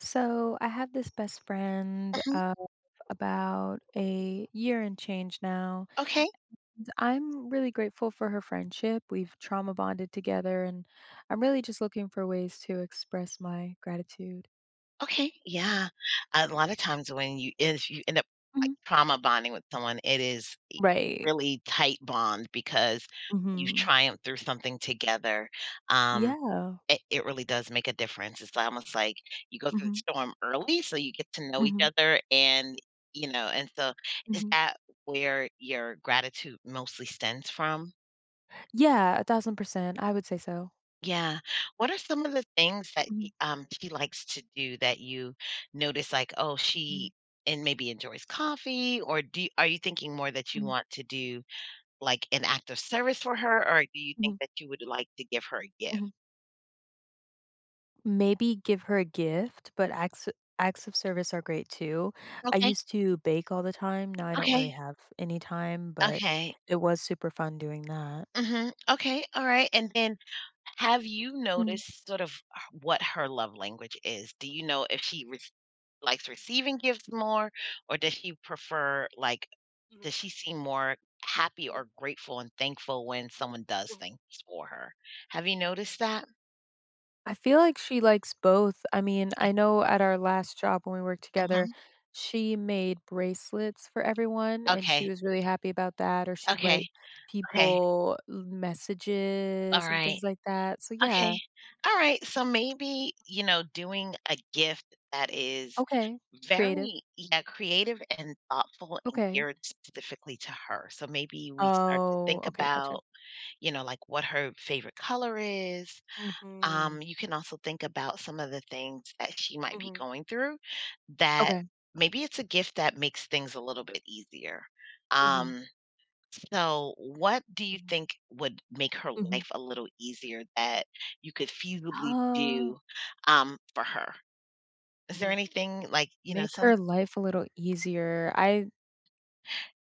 So I have this best friend uh of about a year and change now. Okay, I'm really grateful for her friendship. We've trauma bonded together, and I'm really just looking for ways to express my gratitude. okay, yeah. A lot of times when you if you end up, like, Mhm. trauma bonding with someone, it is a Right. really tight bond because you've hmm triumphed through something together. Um, Yeah. it really does make a difference. It's almost like you go through hmm the storm early, so you get to know each hmm other and, you know, and so is hmm that where your gratitude mostly stems from? Yeah, 1,000%. I would say so. Yeah. What are some of the things that, hmm y she likes to do that you notice, like, oh, hmm she and maybe enjoys coffee, or do you are you thinking more that you hmm want to do, like, an act of service for her, or do you think hmm that you would like to give her a gift? Maybe give her a gift, but acts of service are great too. I Okay, used to bake all the time, now I don't really okay, have any time, but okay. it was super fun doing that. Mhm, okay, alright, and then have you Mhm. noticed sort of h what her love language is? Do you know if she rec likes receiving gifts more, or does she prefer, like, Mhm, does she seem more happy mhm, or grateful and thankful when someone does mhm. things for her? Have you noticed that? I feel like she likes both. I mean, Y I know at our last job when we worked together, mhm. she made bracelets for everyone, and she Okay, was really happy about that, or she'd write okay, okay, messages and alright, things like that. So yeah, okay, alright, so maybe, you know, doing a gift that is okay, creative. very yeah, creative and thoughtful and Okay. geared specifically to her, so maybe we start to Oh, think okay, gotcha. about, you know, like, what her favorite color is. Mhm, You can also think about some of the things that she might be mhm, going through that okay, maybe it's a gift that makes things a little bit easier. mhm, Um, so, what do you mhm, think would make her mhm. life a little easier that you could feasibly Oh, do, for her? Is there mhm, anything like, you know, make some, her life a little easier. I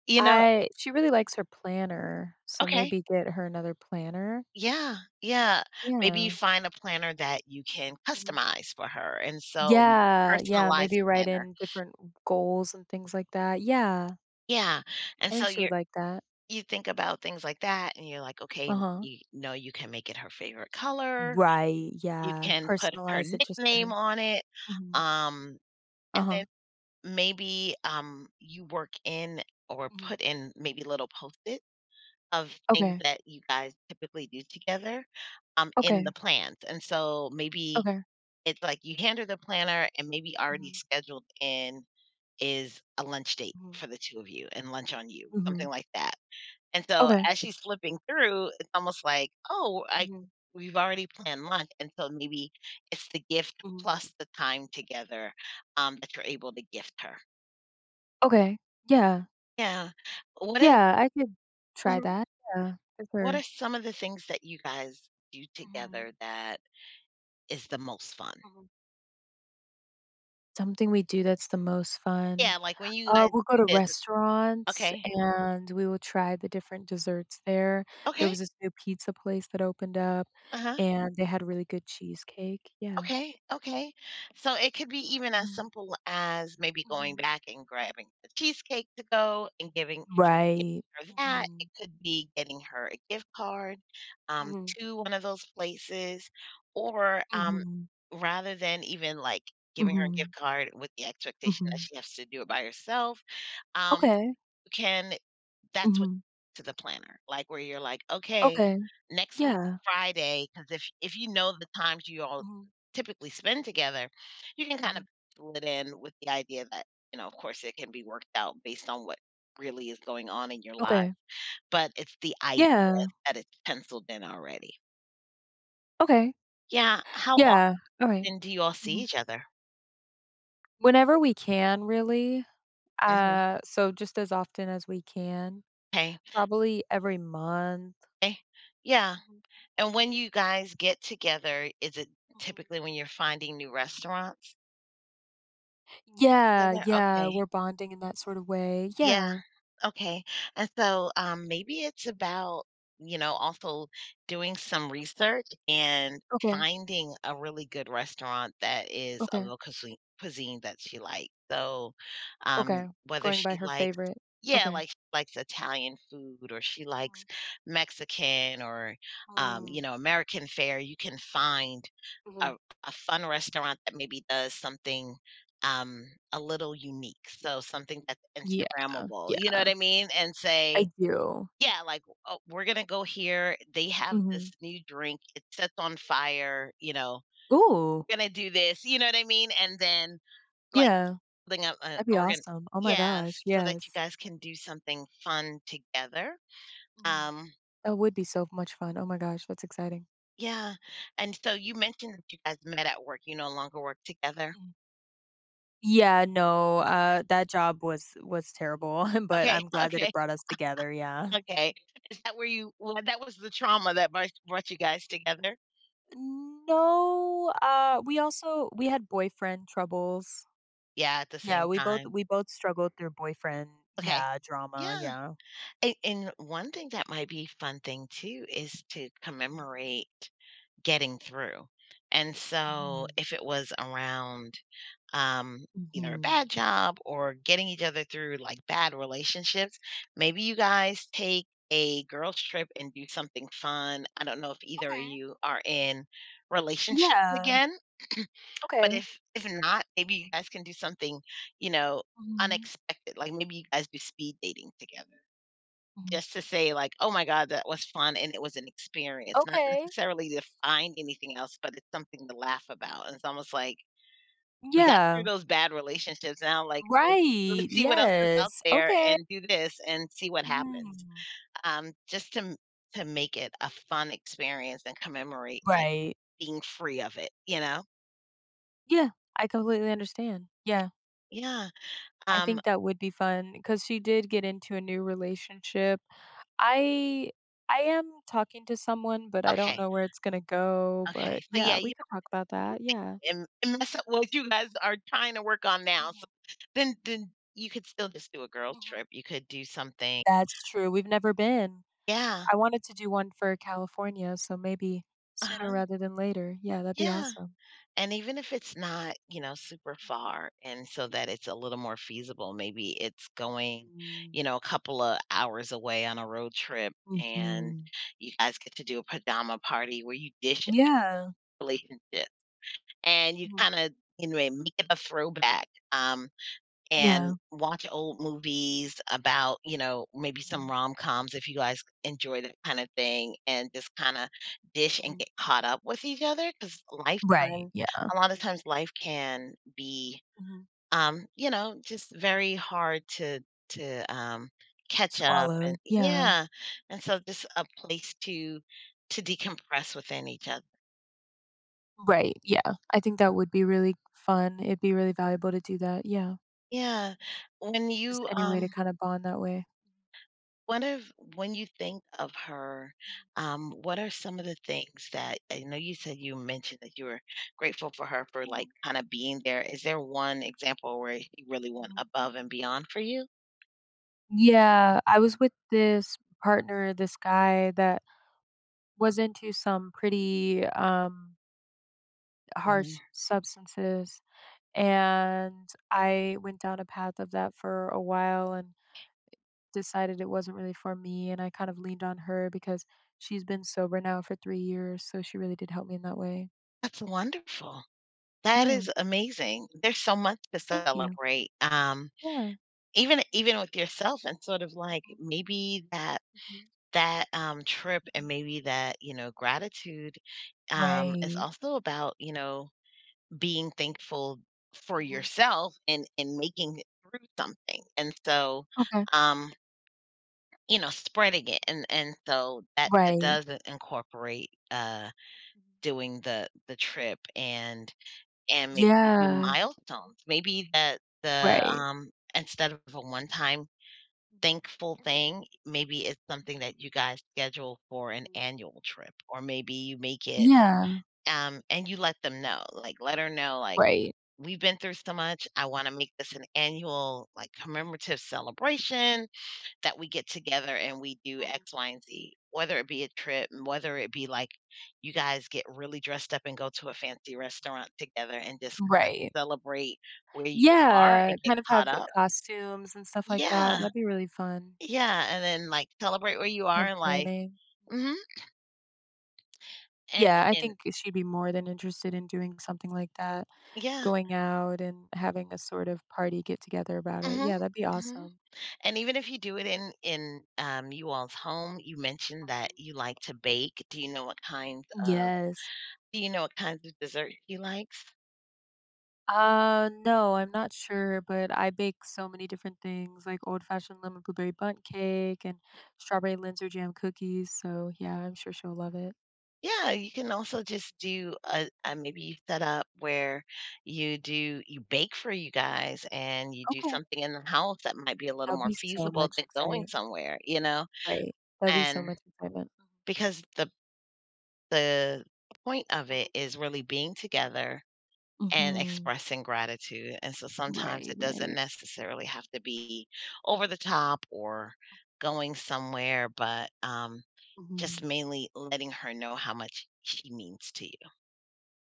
you know, I she really likes her planner, so okay. maybe get her another planner. Yeah, yeah. Maybe you Yeah. find a planner that you can Mhm. customize for her. And so, Yeah, yeah, personalized maybe write planner. in different goals and things like that. Yeah, Yeah. And I so think she would you're like that. you think about things like that and you're like, "Okay, Uh-huh. you know, you can make it her favorite color, Right, you yeah, can put her personalize it just to nickname her. on it," Mhm. um, and Uh-huh. then maybe, you work in or Mhm. put in maybe little Post-it of things Okay, that you guys typically do together, in okay, the plans, and so maybe okay. it's like you hand her the planner and maybe already Mhm, scheduled in is a lunch date mhm. for the 2 of you and lunch on you, Mhm. something like that. And so Okay. as she's flipping through, it's almost like, "Oh, I Mhm, we've already planned lunch," and so maybe it's the gift mhm. plus the time together, that you're able to gift her. Okay. Yeah. Yeah. What are Yeah, I could try mhm, that. Yeah, for what are sure. some of the things that you guys do Mhm, together that is the most fun? mhm. Something we do that's the most fun. Yeah, like, when you guys We'll go do to this, it's restaurants, okay. and we will try the different desserts there. There Okay. was this new pizza place that opened up, Uh-huh. and they had really good cheesecake. Yeah. Okay, okay. So it could be even as Mhm, simple as maybe going mhm. back and grabbing the cheesecake to go and giving Right. her that. It Mhm, could be getting her a gift card, um, mhm, to one of those places, or, mhm, rather than even like giving her a mhm, gift card with the expectation that mhm. she has to do it by herself, Okay. you can that's what Mhm. to the planner, like, where you're like, "Okay, Okay. next week Yeah. Friday because if you know the times you all Mhm, typically spend together, you can kind mhm. of pencil it in with the idea that, you know, of course, it can be worked out based on what really is going on in your life, Okay. but it's the idea Yeah. that it's penciled in already. Okay. Yeah, how Yeah. Alright. often do you all see Mhm. each other? Whenever we can, really, hmm so just as often as we can, okay, okay. probably every month. Yeah, Mhm, and when you guys get together, is it mhm. typically when you're finding new restaurants Yeah, together? yeah, Okay. we're bonding in that sort of way. Yeah, Yeah. okay, and so, maybe it's about, you know, also doing some research and Okay, finding a really good restaurant that is of a okay, local cuisine that she likes, so, um, okay. whether Going by she her likes favorite. yeah, Okay. like, she likes Italian food or she likes Mhm. Mexican or, you Mm, know, American fare, you can find mhm. a a fun restaurant that maybe does something, um, a little unique. So something that's Yeah, Instagrammable, you know yeah, what I mean? And I say, do. yeah, like, "Oh, we're gonna go here. They have this Mhm. new drink. It sets on fire, you know, Ooh, gonna do this," you know what I mean? And then, like, yeah, something up, that'd be we're gonna awesome. Oh my yeah, gosh, so that you yes. guys can do something fun together. Mhm. Um, That would be so much fun. Oh my gosh, that's exciting. yeah, and so you mentioned that you guys met at work. You no longer work together? Mhm. Yeah, no, that job was terrible, but Okay, I'm glad that it okay. brought us together, yeah. Okay. Is that where you well, that was the trauma that brought you guys together? No, we also we had boyfriend troubles. Yeah, at the Yeah, same we both time. we both struggled through Okay. Drama, Yeah. yeah. And one thing that might be fun thing too is to commemorate getting through. And so Mhm, if it was around, um, mhm, either a bad mhm. job or getting each other through, like, bad relationships, maybe you guys take a girls trip and do something fun. I don't know if either of Okay. you are in relationships Yeah. again. But Okay. If not, maybe you guys can do something, you know, Mhm, unexpected, like, maybe you guys do speed dating together mhm. just to say, like, "Oh my god, that was fun, and it was an experience," not Okay. necessarily to find anything else, but it's something to laugh about, and it's almost like, "We got through Yeah. those bad relationships, now, like, let's Right, let's see what else is yes, out there okay. and do this and see what happens." Mhm. Just to m to make it a fun experience and commemorate, like, Right. being free of it, you know? Yeah, I completely understand, yeah. Yeah, I um, think that would be fun because she did get into a new relationship. I I am talking to someone, but I don't okay. know where it's gonna go, but Okay, so yeah, yeah, we you could talk about don't that, yeah. be- and mess up what you guys are trying to work on now, so Mhm, then you could still just do a girls mhm. trip, you could do something That's true, we've never been. yeah, I wanted to do one for California, so maybe sooner uh-huh, rather than later. Yeah, that'd be yeah, awesome. and even if it's not, you know, super far and so that it's a little more feasible, maybe it's going, Mhm, you know, a couple of hours away on a road trip mhm, and mhm. you guys get to do a pajama party where you dish up Yeah, relationship and you mhm, kinda, you know, make it a throwback, um, yeah, and watch old movies about, you know, maybe some mhm, rom-coms if you guys enjoy that kind of thing and just kinda dish and mhm. get caught up with each other because Right, lifetime yeah, a lot of times life can be, mhm. You know, just very hard to to, um, catch up Swallow, and yeah. yeah, and so just a place to decompress within each other. Right, yeah. I think that would be really fun. It'd be really valuable to do that, yeah. Yeah. When Just you, any way to kinda bond that way. what if when you think of her, what are some of the things that I know you said you mentioned that you were grateful for her for, like, Mhm. kinda being there. Is there one example where you really went Mhm. above and beyond for you? Yeah, I was with this partner, this guy that was into some pretty, harsh Mhm. substances, and I went down a path of that for a while and decided it wasn't really for me, and I kind of leaned on her because she's been sober now for 3 years, so she really did help me in that way. That's wonderful. That Yeah, is amazing. There's so much to thank you. celebrate, Yeah. even even with yourself and sort of, like, Mhm. maybe Mhm, trip mhm. and maybe that, you know, gratitude, is Right. also about, you know, being thankful for Mhm. yourself and making it through something and so, Okay. um, you know, spreading it and so that that Right. does incorporate, uh, Mhm. doing the trip and maybe you do Yeah. milestones maybe that the Right. Instead of a one time Mhm, thankful thing maybe it's something that mhm, you guys schedule for an mhm. annual trip or maybe you make it Yeah. And you let them know like let her know like Right. we've been through so much. I want to make this an annual, like, commemorative celebration that we get together and we do Mhm, X, Y, and Z, whether it be a trip, and whether it be like you mhm. guys get really dressed up and go to a fancy restaurant together and just kind of Right. celebrate where you are Yeah, and get kind of have caught up. costumes and stuff like that. Yeah. That'd be really fun. Yeah. And then like celebrate where you Kind are of in life. planning. Mhm. hmm And, Yeah, I and think she'd be more than interested in doing something like that, yeah. going out and having a sort of party get together about it. hmm Yeah, that'd be hmm awesome. And even if you do it you all's home, you mentioned Mhm. that you like to bake. Do you know what kinds of Yes. do you know what kinds of dessert he likes? No, I'm not sure, but I bake so many different things like old fashioned lemon blueberry bundt cake and strawberry linzer jam cookies. So, yeah, I'm sure she'll love it. Yeah, you can also just do a maybe you set up where you bake for you guys and you do Okay. something in the house that might be a That little would more be so feasible much than going exciting. somewhere, you know? Right. That would be so And much excitement. because the point of Mhm, it mhm, is really being together and mhm. expressing gratitude. And so sometimes Right, it doesn't right. necessarily have to be over the top or going somewhere, but, just Mhm. mainly letting her know how much she means to you.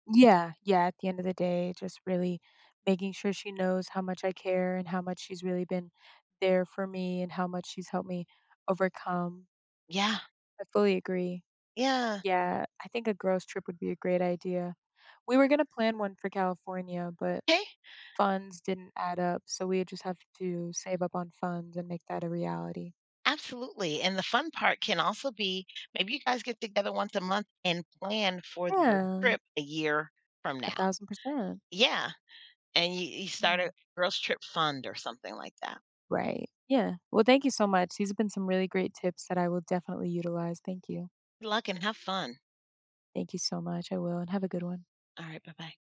Yeah, yeah. At the end of the day, just really making sure she knows how much I care and how much she's really been there for me and how much she's helped me overcome. Yeah, I fully agree. yeah, Yeah, I think a girls' trip would be a great idea. We were gonna plan one for California, but okay, funds didn't add up, so we just have to save up on funds and make that a reality. absolutely. And the fun part can also be maybe you Mhm. guys get together once a month and plan for your Yeah, trip a year from now. 1,000%. Yeah. And you start a Mm. girls' trip fund or something like that. Right. Yeah. Well, thank you so much. These have been some really great tips that I will definitely utilize. Thank you. Good luck and have fun. Thank you so much. I will, and have a good one. All right. Bye bye.